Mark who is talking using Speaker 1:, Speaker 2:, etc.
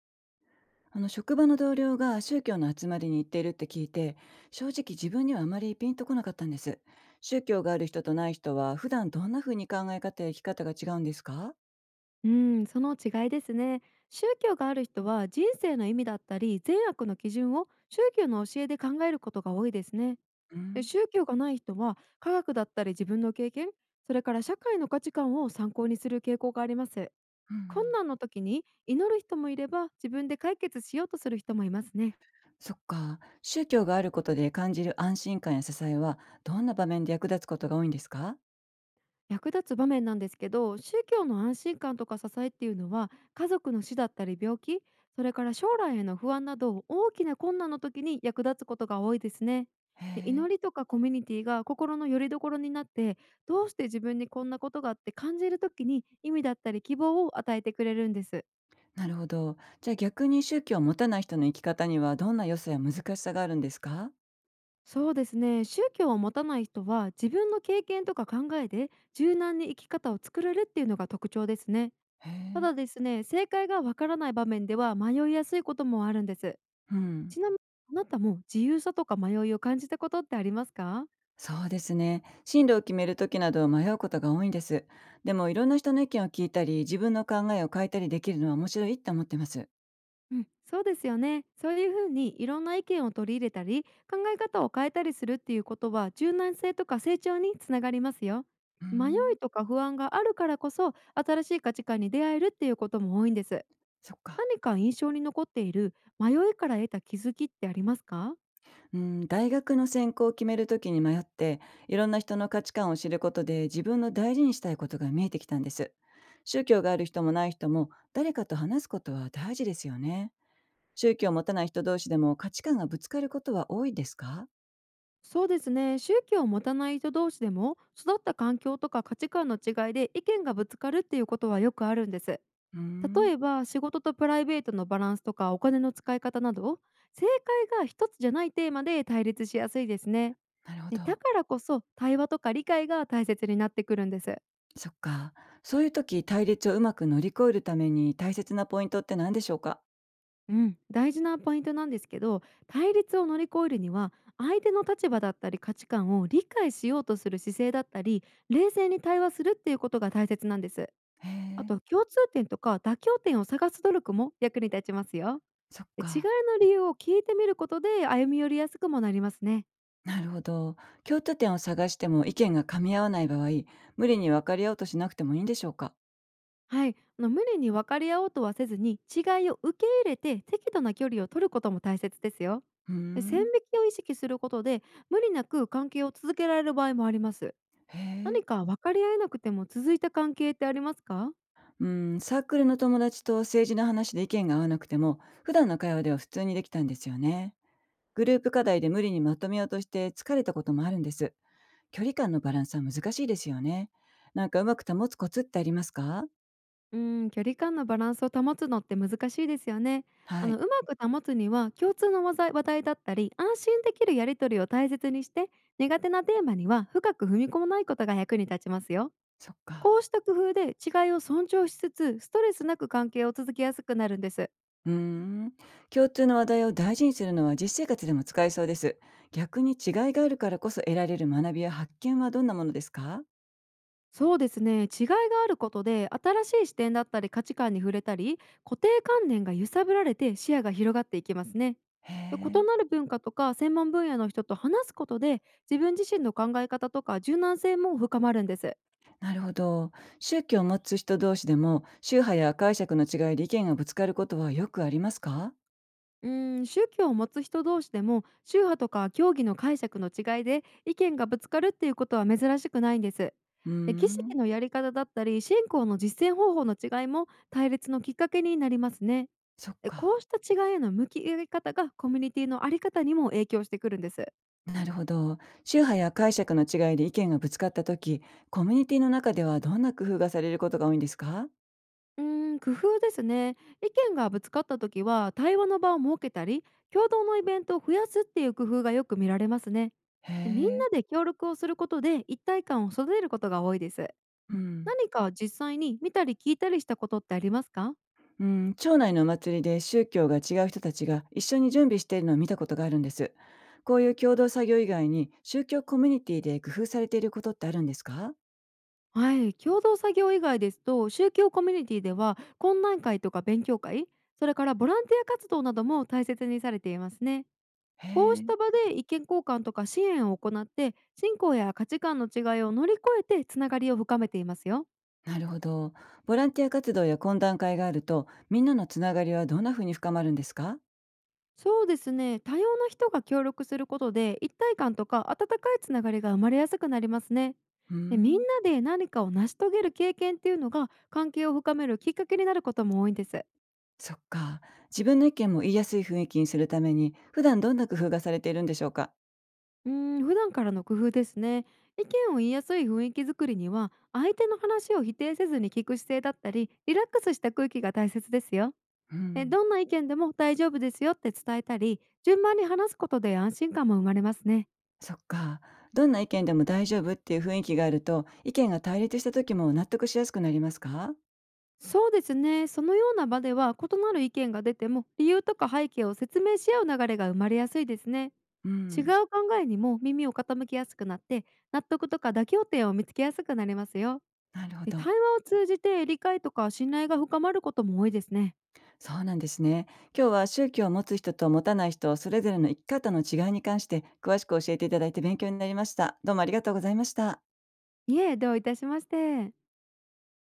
Speaker 1: あの職場の同僚が宗教の集まりに行っているって聞いて、正直自分にはあまりピンとこなかったんです。宗教がある人とない人は普段どんな風に考え方や生き方が違うんですか？
Speaker 2: うん、その違いですね。宗教がある人は人生の意味だったり善悪の基準を宗教の教えで考えることが多いですね。
Speaker 1: うん、う
Speaker 2: で
Speaker 1: ん。
Speaker 2: 宗教がない人は科学だったり自分の経験、それから社会の価値観を参考にする傾向があります。困難の時に祈る人もいれば自分で解決しようとする人もいますね。
Speaker 1: そっか、宗教があることで感じる安心感や支えはどんな場面で役立つことが多いんですか？
Speaker 2: 役立つ場面なんですけど、宗教の安心感とか支えっていうのは家族の死だったり病気、それから将来への不安など大きな困難の時に役立つことが多いですね。
Speaker 1: へ
Speaker 2: で祈
Speaker 1: え。
Speaker 2: りとかコミュニティが心の拠り所になって、どうして自分にこんなことがあって感じる時に意味だったり希望を与えてくれるんです。
Speaker 1: なるほど。じゃあ逆に宗教を持たない人の生き方にはどんな良さや難しさがあるんですか？
Speaker 2: そうですね、宗教を持たない人は自分の経験とか考えで柔軟に生き方を作れるっていうのが特徴ですね。
Speaker 1: へ
Speaker 2: た
Speaker 1: え。
Speaker 2: だですね、正解がわからない場面では迷いやすいこともあるんです。
Speaker 1: うん。
Speaker 2: ちなみに、あなたも自由さとか迷いを感じたことってありますか？
Speaker 1: そうですね。進路を決める時など迷うことが多いんです。でもいろんな人の意見を聞いたり、自分の考えを変えたりできるのは面白いって思ってます。
Speaker 2: うん、そうですよね。そういうふうにいろんな意見を取り入れたり、考え方を変えたりするっていうことは柔軟性とか成長につながりますよ。
Speaker 1: うー
Speaker 2: 迷
Speaker 1: ん、
Speaker 2: いとか不安があるからこそ新しい価値観に出会えるっていうことも多いんです。
Speaker 1: そっか。
Speaker 2: 何か印象に残っている迷いから得た気づきってありますか？
Speaker 1: うん、大学の専攻を決める時に迷って、いろんな人の価値観を知ることで自分の大事にしたいことが見えてきたんです。宗教がある人もない人も誰かと話すことは大事ですよね。宗教を持たない人同士でも価値観がぶつかることは多いですか？
Speaker 2: そうですね、宗教を持たない人同士でも育った環境とか価値観の違いで意見がぶつかるっていうことはよくあるんです。
Speaker 1: うーん。
Speaker 2: 例えば仕事とプライベートのバランスとかお金の使い方など、正解が一つじゃないテーマで対立しやすいですね。
Speaker 1: なるほ
Speaker 2: でだ
Speaker 1: ど。
Speaker 2: からこそ対話とか理解が大切になってくるんです。
Speaker 1: そっか。そういう時、対立をうまく乗り越えるために大切なポイントって何でしょうか？
Speaker 2: うん、大事なポイントなんですけど、対立を乗り越えるには相手の立場だったり価値観を理解しようとする姿勢だったり、冷静に対話するっていうことが大切なんです。
Speaker 1: へ
Speaker 2: あ
Speaker 1: え。
Speaker 2: と共通点とか妥協点を探す努力も役に立ちますよ。
Speaker 1: そっ
Speaker 2: で違い
Speaker 1: か。
Speaker 2: の理由を聞いてみることで歩み寄りやすくもなりますね。
Speaker 1: なるほど。共通点を探しても意見が噛み合わない場合、無理に分かり合おうとしなくてもいいんでしょうか？
Speaker 2: はい、あの、無理に分かり合おうとはせずに違いを受け入れて適度な距離を取ることも大切ですよ。
Speaker 1: うー
Speaker 2: で線引
Speaker 1: ん。
Speaker 2: きを意識することで無理なく関係を続けられる場合もあります。
Speaker 1: へえ。
Speaker 2: 何か分かり合えなくても続いた関係ってありますか？
Speaker 1: うーん、サークルの友達と政治の話で意見が合わなくても、普段の会話では普通にできたんですよね。グループ課題で無理にまとめようとして疲れたこともあるんです。距離感のバランスは難しいですよね。なんかうまく保つコツってありますか？
Speaker 2: うん、距離感のバランスを保つのって難しいですよね。あ
Speaker 1: は
Speaker 2: の、う
Speaker 1: い。
Speaker 2: まく保つには共通の話題だったり安心できるやり取りを大切にして、苦手なテーマには深く踏み込まないことが役に立ちますよ。
Speaker 1: そっ
Speaker 2: こ
Speaker 1: か。
Speaker 2: うした工夫で違いを尊重しつつストレスなく関係を続けやすくなるんです。
Speaker 1: うーん。共通の話題を大事にするのは実生活でも使えそうです。逆に違いがあるからこそ得られる学びや発見はどんなものですか？
Speaker 2: そうですね、違いがあることで新しい視点だったり価値観に触れたり、固定観念が揺さぶられて視野が広がっていきますね。
Speaker 1: へ
Speaker 2: で異
Speaker 1: え。
Speaker 2: なる文化とか専門分野の人と話すことで自分自身の考え方とか柔軟性も深まるんです。
Speaker 1: なるほど。宗教を持つ人同士でも宗派や解釈の違いで意見がぶつかることはよくありますか？
Speaker 2: 宗教を持つ人同士でも宗派とか教義の解釈の違いで意見がぶつかるっていうことは珍しくないんです。
Speaker 1: うー
Speaker 2: で儀式
Speaker 1: ん。
Speaker 2: のやり方だったり信仰の実践方法の違いも対立のきっかけになりますね。
Speaker 1: そっ
Speaker 2: えこ
Speaker 1: か。
Speaker 2: うした違いへの向き合い方がコミュニティのあり方にも影響してくるんです。
Speaker 1: なるほど。宗派や解釈の違いで意見がぶつかった時、コミュニティの中ではどんな工夫がされることが多いんですか？
Speaker 2: 工夫ですね。意見がぶつかった時は対話の場を設けたり、共同のイベントを増やすっていう工夫がよく見られますね。
Speaker 1: へ
Speaker 2: でみんな
Speaker 1: え。
Speaker 2: で協力をすることで一体感を育てることが多いです。
Speaker 1: うん。
Speaker 2: 何か実際に見たり聞いたりしたことってありますか？
Speaker 1: うん、町内のお祭りで宗教が違う人たちが一緒に準備しているのを見たことがあるんです。こういう共同作業以外に宗教コミュニティで工夫されていることってあるんですか？
Speaker 2: はい、共同作業以外ですと、宗教コミュニティでは懇談会とか勉強会、それからボランティア活動なども大切にされていますね。
Speaker 1: へ
Speaker 2: こうし
Speaker 1: え。
Speaker 2: た場で意見交換とか支援を行って信仰や価値観の違いを乗り越えてつながりを深めていますよ。
Speaker 1: なるほど。ボランティア活動や懇談会があると、みんなのつながりはどんな風に深まるんですか？
Speaker 2: そうですね、多様な人が協力することで一体感とか温かいつながりが生まれやすくなりますね。
Speaker 1: うー
Speaker 2: でみんな
Speaker 1: ん、
Speaker 2: で何かを成し遂げる経験っていうのが関係を深めるきっかけになることも多いんです。
Speaker 1: そっか。自分の意見も言いやすい雰囲気にするために、普段どんな工夫がされているんでしょうか？
Speaker 2: 普段からの工夫ですね。意見を言いやすい雰囲気づくりには相手の話を否定せずに聞く姿勢だったりリラックスした空気が大切ですよ。
Speaker 1: う
Speaker 2: え
Speaker 1: ん、
Speaker 2: どんな意見でも大丈夫ですよって伝えたり、順番に話すことで安心感も生まれますね。
Speaker 1: そっか。どんな意見でも大丈夫っていう雰囲気があると、意見が対立した時も納得しやすくなりますか？
Speaker 2: そうですね、そのような場では異なる意見が出ても理由とか背景を説明し合う流れが生まれやすいですね。
Speaker 1: う
Speaker 2: 違う
Speaker 1: ん、
Speaker 2: 考えにも耳を傾きやすくなって、納得とか妥協点を見つけやすくなりますよ。
Speaker 1: なるほ
Speaker 2: で対
Speaker 1: ど。
Speaker 2: 話を通じて理解とか信頼が深まることも多いですね。
Speaker 1: そうなんですね。今日は宗教を持つ人と持たない人、それぞれの生き方の違いに関して詳しく教えていただいて勉強になりました。どうもありがとうございました。
Speaker 2: いえ、どういたしまして。